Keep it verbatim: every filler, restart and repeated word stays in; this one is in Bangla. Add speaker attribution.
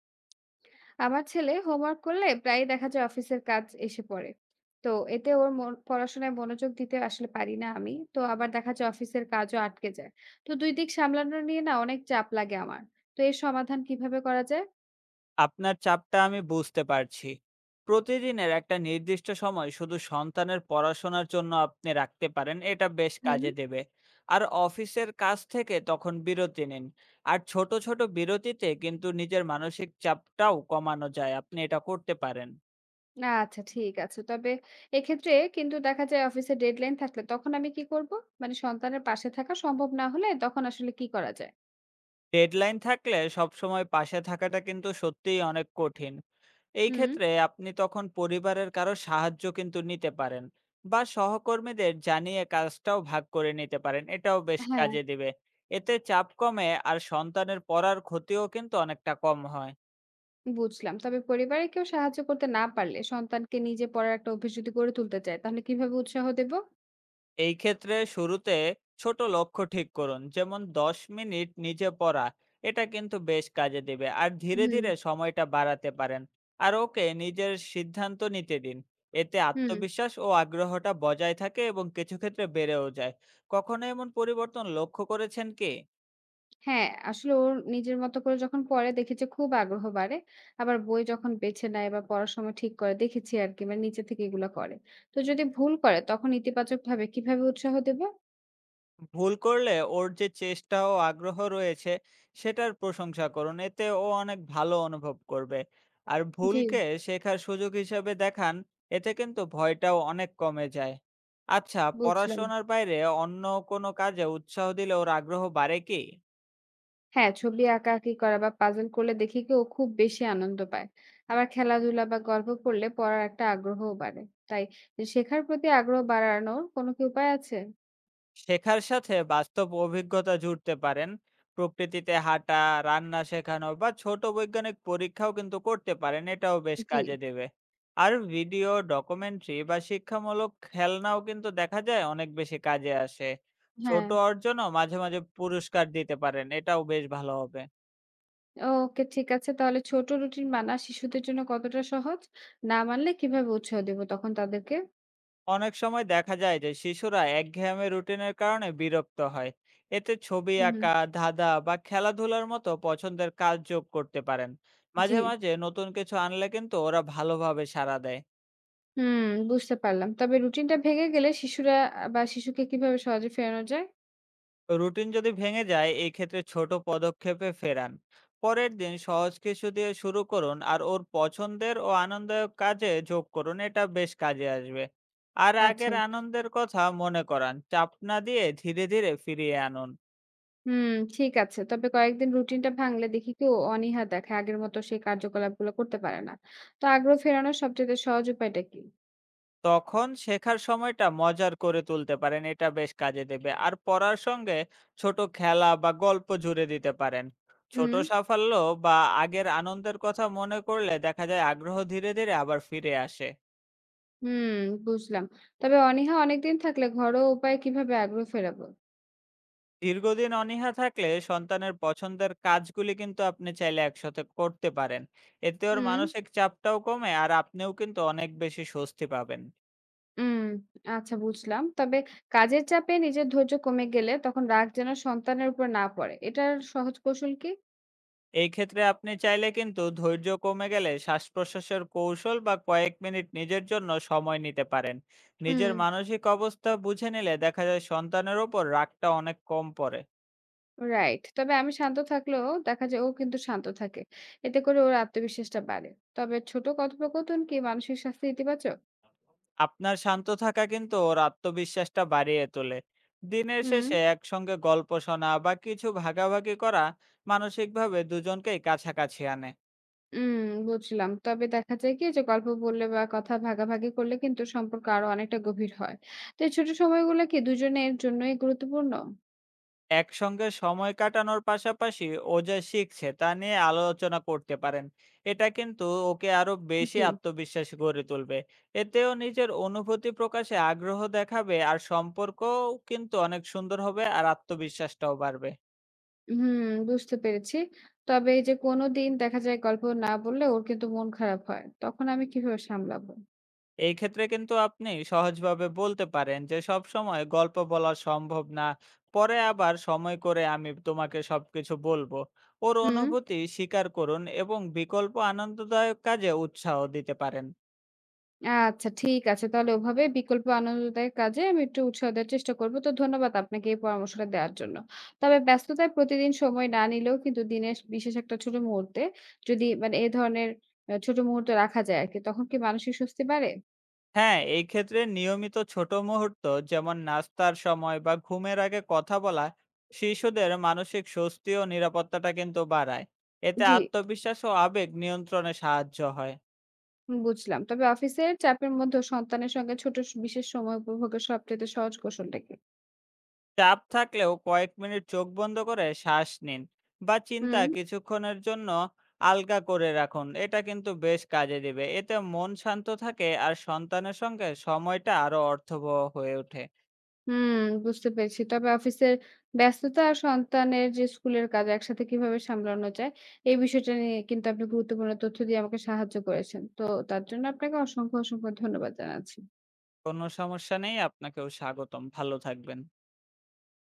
Speaker 1: আমার ছেলে হোমওয়ার্ক করলে প্রায়ই দেখা যায় অফিসের কাজ এসে পড়ে, তো এতে ওর মন- পড়াশোনায় মনোযোগ দিতে আসলে পারি না আমি, তো আবার দেখা যায় অফিসের কাজও আটকে যায়, তো দুই দিক সামলানো নিয়ে না অনেক চাপ লাগে আমার, তো এর সমাধান কিভাবে করা যায়?
Speaker 2: আপনার চাপটা আমি বুঝতে পারছি। প্রতিদিনের একটা নির্দিষ্ট সময় শুধু সন্তানের পড়াশোনার জন্য আপনি রাখতে পারেন। এটা বেশ
Speaker 1: হুম।
Speaker 2: কাজে দেবে। আর অফিসের কাজ থেকে তখন বিরতি নিন। আর ছোট, ছোট বিরতিতে কিন্তু নিজের মানসিক চাপটাও কমানো যায়। আপনি এটা করতে পারেন।
Speaker 1: আচ্ছা ঠিক আছে, তবে এক্ষেত্রে কিন্তু দেখা যায় অফিসে ডেডলাইন থাকলে তখন আমি কি করব? মানে সন্তানের পাশে থাকা সম্ভব না হলে তখন আসলে কি করা যায়?
Speaker 2: ডেডলাইন থাকলে সবসময় পাশে থাকাটা কিন্তু সত্যিই অনেক কঠিন। এই
Speaker 1: হুম।
Speaker 2: ক্ষেত্রে আপনি তখন পরিবারের কারো সাহায্য কিন্তু নিতে পারেন বা সহকর্মীদের জানিয়ে কাজটাও ভাগ করে নিতে পারেন। এটাও বেশ
Speaker 1: হ্যাঁ।
Speaker 2: কাজে দিবে। এতে চাপ কমে আর সন্তানের পড়ার ক্ষতিও কিন্তু অনেকটা কম হয়।
Speaker 1: বুঝলাম। তবে পরিবারে কেউ সাহায্য করতে না পারলে সন্তানকে নিজে পড়ার একটা অভ্যাস যদি গড়ে তুলতে চায়, তাহলে কিভাবে উৎসাহ দেব?
Speaker 2: এই ক্ষেত্রে শুরুতে ছোট লক্ষ্য ঠিক করুন, যেমন দশ মিনিট নিজে পড়া। এটা কিন্তু বেশ কাজে দেবে। আর ধীরে
Speaker 1: হুম,
Speaker 2: ধীরে সময়টা বাড়াতে পারেন। আর ওকে নিজের সিদ্ধান্ত নিতে দিন। এতে
Speaker 1: হুম,
Speaker 2: আত্মবিশ্বাস ও আগ্রহটা বজায় থাকে এবং কিছু ক্ষেত্রে বেড়েও যায়। কখনো এমন পরিবর্তন লক্ষ্য করেছেন কি?
Speaker 1: হ্যাঁ, আসলে ওর নিজের মতো করে যখন পড়ে দেখেছি খুব আগ্রহ বাড়ে। আবার বই যখন বেছে নেয় বা পড়ার সময় ঠিক করে দেখেছি আরকি, মানে নিচে থেকে এগুলা করে। তো যদি ভুল করে তখন ইতিবাচকভাবে কিভাবে উৎসাহ দেব?
Speaker 2: ভুল করলে ওর যে চেষ্টা ও আগ্রহ রয়েছে সেটার প্রশংসা করুন। এতে ও অনেক ভালো অনুভব করবে। আর
Speaker 1: জি।
Speaker 2: ভুলকে শেখার সুযোগ হিসেবে দেখান। এতে কিন্তু ভয়টাও অনেক কমে যায়। আচ্ছা,
Speaker 1: বুঝলাম।
Speaker 2: পড়াশোনার বাইরে অন্য কোনো কাজে উৎসাহ দিলে ওর আগ্রহ বাড়ে কি?
Speaker 1: হ্যাঁ, ছবি আঁকাআঁকি করা বা পাজল করলে দেখি কি ও খুব বেশি আনন্দ পায়। আবার খেলাধুলা বা গল্প করলে পড়ার একটা আগ্রহও বাড়ে। তাই শেখার প্রতি আগ্রহ বাড়ানোর কোনো কি উপায় আছে?
Speaker 2: শেখার সাথে বাস্তব অভিজ্ঞতা জুড়তে পারেন। প্রকৃতিতে হাঁটা, রান্না শেখানো বা ছোট বৈজ্ঞানিক পরীক্ষাও কিন্তু করতে পারেন। এটাও বেশ
Speaker 1: জি।
Speaker 2: কাজে দেবে। আর ভিডিও ডকুমেন্টারি বা শিক্ষামূলক খেলনাও কিন্তু দেখা যায় অনেক বেশি কাজে আসে।
Speaker 1: হ্যাঁ,
Speaker 2: ছোট অর্জনও মাঝে মাঝে পুরস্কার দিতে পারেন। এটাও বেশ ভালো হবে।
Speaker 1: ওকে ঠিক আছে। তাহলে ছোট রুটিন মানা শিশুদের জন্য কতটা সহজ? না মানলে কিভাবে উৎসাহ দেব তখন তাদেরকে?
Speaker 2: অনেক সময় দেখা যায় যে শিশুরা একঘেয়েমি রুটিনের কারণে বিরক্ত হয়। এতে ছবি
Speaker 1: হুম, হুম।
Speaker 2: আঁকা, ধাঁধা বা খেলাধুলার মতো পছন্দের কাজ যোগ করতে পারেন।
Speaker 1: জি।
Speaker 2: মাঝে মাঝে নতুন কিছু আনলে কিন্তু ওরা ভালোভাবে সাড়া দেয়।
Speaker 1: হুম। বুঝতে পারলাম। তবে রুটিনটা ভেঙে গেলে শিশুরা বা শিশুকে কিভাবে সহজে ফেরানো যায়?
Speaker 2: রুটিন যদি ভেঙে যায়, এই ক্ষেত্রে ছোট পদক্ষেপে ফেরান। পরের দিন সহজ কিছু দিয়ে শুরু করুন আর ওর পছন্দের ও আনন্দদায়ক কাজে যোগ করুন। এটা বেশ কাজে আসবে। আর
Speaker 1: আচ্ছা।
Speaker 2: আগের আনন্দের কথা মনে করান, চাপ না দিয়ে ধীরে ধীরে ফিরিয়ে আনুন।
Speaker 1: হুম, ঠিক আছে। তবে কয়েকদিন রুটিনটা ভাঙলে দেখি কি ও অনীহা দেখায়। আগের মতো সেই কার্যকলাপগুলো করতে পারে না। তো আগ্রহ ফেরানোর সবচেয়ে সহজ উপায়টা কি?
Speaker 2: তখন শেখার সময়টা মজার করে তুলতে পারেন। এটা বেশ কাজে দেবে। আর পড়ার সঙ্গে ছোট খেলা বা গল্প জুড়ে দিতে পারেন। ছোট
Speaker 1: হুম,
Speaker 2: সাফল্য বা আগের আনন্দের কথা মনে করলে দেখা যায় আগ্রহ ধীরে ধীরে আবার ফিরে আসে।
Speaker 1: হুম, বুঝলাম। তবে অনীহা অনেকদিন থাকলে ঘরোয়া উপায়ে কিভাবে আগ্রহ ফেরাবো?
Speaker 2: দীর্ঘদিন অনীহা থাকলে সন্তানের পছন্দের কাজগুলি কিন্তু আপনি চাইলে একসাথে করতে পারেন। এতে ওর
Speaker 1: হুম,
Speaker 2: মানসিক চাপটাও কমে আর আপনিও কিন্তু অনেক বেশি স্বস্তি পাবেন।
Speaker 1: হুম, আচ্ছা বুঝলাম। তবে কাজের চাপে নিজের ধৈর্য কমে গেলে তখন রাগ যেন সন্তানের উপর না পড়ে। এটার সহজ কৌশল কি?
Speaker 2: এই ক্ষেত্রে আপনি চাইলে কিন্তু ধৈর্য কমে গেলে শ্বাস প্রশ্বাসের কৌশল বা কয়েক মিনিট নিজের জন্য সময় নিতে পারেন।
Speaker 1: হুম।
Speaker 2: নিজের মানসিক অবস্থা বুঝে নিলে দেখা যায় সন্তানের ওপর রাগটা অনেক কম পড়ে।
Speaker 1: রাইট। তবে আমি শান্ত থাকলেও দেখা যায় ও কিন্তু শান্ত থাকে। এতে করে ওর আত্মবিশ্বাসটা বাড়ে। তবে ছোট কথোপকথন কি মানসিক স্বাস্থ্যে ইতিবাচক?
Speaker 2: আপনার শান্ত থাকা কিন্তু ওর আত্মবিশ্বাসটা বাড়িয়ে তোলে। দিনের
Speaker 1: হুম,
Speaker 2: শেষে একসঙ্গে গল্প শোনা বা কিছু ভাগাভাগি করা মানসিকভাবে দুজনকেই কাছাকাছি আনে।
Speaker 1: উম, বুঝলাম। তবে দেখা যায় কি যে গল্প বললে বা কথা ভাগাভাগি করলে কিন্তু সম্পর্ক আরো অনেকটা গভীর হয়। তো এই ছোট সময়গুলো কি দুজনের জন্যই গুরুত্বপূর্ণ?
Speaker 2: একসঙ্গে সময় কাটানোর পাশাপাশি ও যা শিখছে তা নিয়ে আলোচনা করতে পারেন। এটা কিন্তু ওকে আরো বেশি
Speaker 1: জি।
Speaker 2: আত্মবিশ্বাসী গড়ে তুলবে। এতেও নিজের অনুভূতি প্রকাশে আগ্রহ দেখাবে আর সম্পর্কও কিন্তু অনেক সুন্দর হবে আর আত্মবিশ্বাসটাও বাড়বে।
Speaker 1: হুম, বুঝতে পেরেছি। তবে এই যে কোনো দিন দেখা যায় গল্প না বললে ওর কিন্তু মন খারাপ হয়। তখন আমি কিভাবে সামলাবো?
Speaker 2: এই ক্ষেত্রে কিন্তু আপনি সহজভাবে বলতে পারেন যে সব সময় গল্প বলা সম্ভব না। পরে আবার সময় করে আমি তোমাকে সবকিছু বলবো। ওর
Speaker 1: হুম।
Speaker 2: অনুভূতি স্বীকার করুন এবং বিকল্প আনন্দদায়ক কাজে উৎসাহ দিতে পারেন।
Speaker 1: আচ্ছা ঠিক আছে। তাহলে ওভাবে বিকল্প আনন্দদায়ক কাজে আমি একটু উৎসাহ দেওয়ার চেষ্টা করব। তো ধন্যবাদ আপনাকে এই পরামর্শটা দেওয়ার জন্য। তবে ব্যস্ততায় প্রতিদিন সময় না নিলেও কিন্তু দিনের বিশেষ একটা ছোট মুহূর্তে, যদি মানে এ ধরনের আ ছোট মুহূর্ত রাখা যায় আরকি, তখন কি মানসিক স্বস্তি বাড়ে?
Speaker 2: হ্যাঁ, এই ক্ষেত্রে নিয়মিত ছোট মুহূর্ত, যেমন নাস্তার সময় বা ঘুমের আগে কথা বলা, শিশুদের মানসিক স্বস্তি ও নিরাপত্তাটা কিন্তু বাড়ায়। এতে
Speaker 1: জি,
Speaker 2: আত্মবিশ্বাস ও আবেগ নিয়ন্ত্রণে সাহায্য হয়।
Speaker 1: বুঝলাম। তবে অফিসের চাপের মধ্যেও সন্তানের সঙ্গে ছোট স বিশেষ সময় উপভোগের সবচাইতে সহজ কৌশলটা কি?
Speaker 2: চাপ থাকলেও কয়েক মিনিট চোখ বন্ধ করে শ্বাস নিন বা চিন্তা
Speaker 1: হুম।
Speaker 2: কিছুক্ষণের জন্য আলগা করে রাখুন। এটা কিন্তু বেশ কাজে দিবে। এতে মন শান্ত থাকে আর সন্তানের সঙ্গে সময়টা আরো অর্থবহ হয়ে ওঠে।
Speaker 1: হুম, বুঝতে পেরেছি। তবে অফিসের ব্যস্ততা আর সন্তানের যে স্কুলের কাজ একসাথে কিভাবে সামলানো যায়, এই বিষয়টা নিয়ে কিন্তু আপনি গুরুত্বপূর্ণ তথ্য দিয়ে আমাকে সাহায্য করেছেন। তো তার জন্য আপনাকে অসংখ্য, অসংখ্য ধন্যবাদ জানাচ্ছি।
Speaker 2: কোনো সমস্যা নেই, আপনাকেও স্বাগতম। ভালো থাকবেন।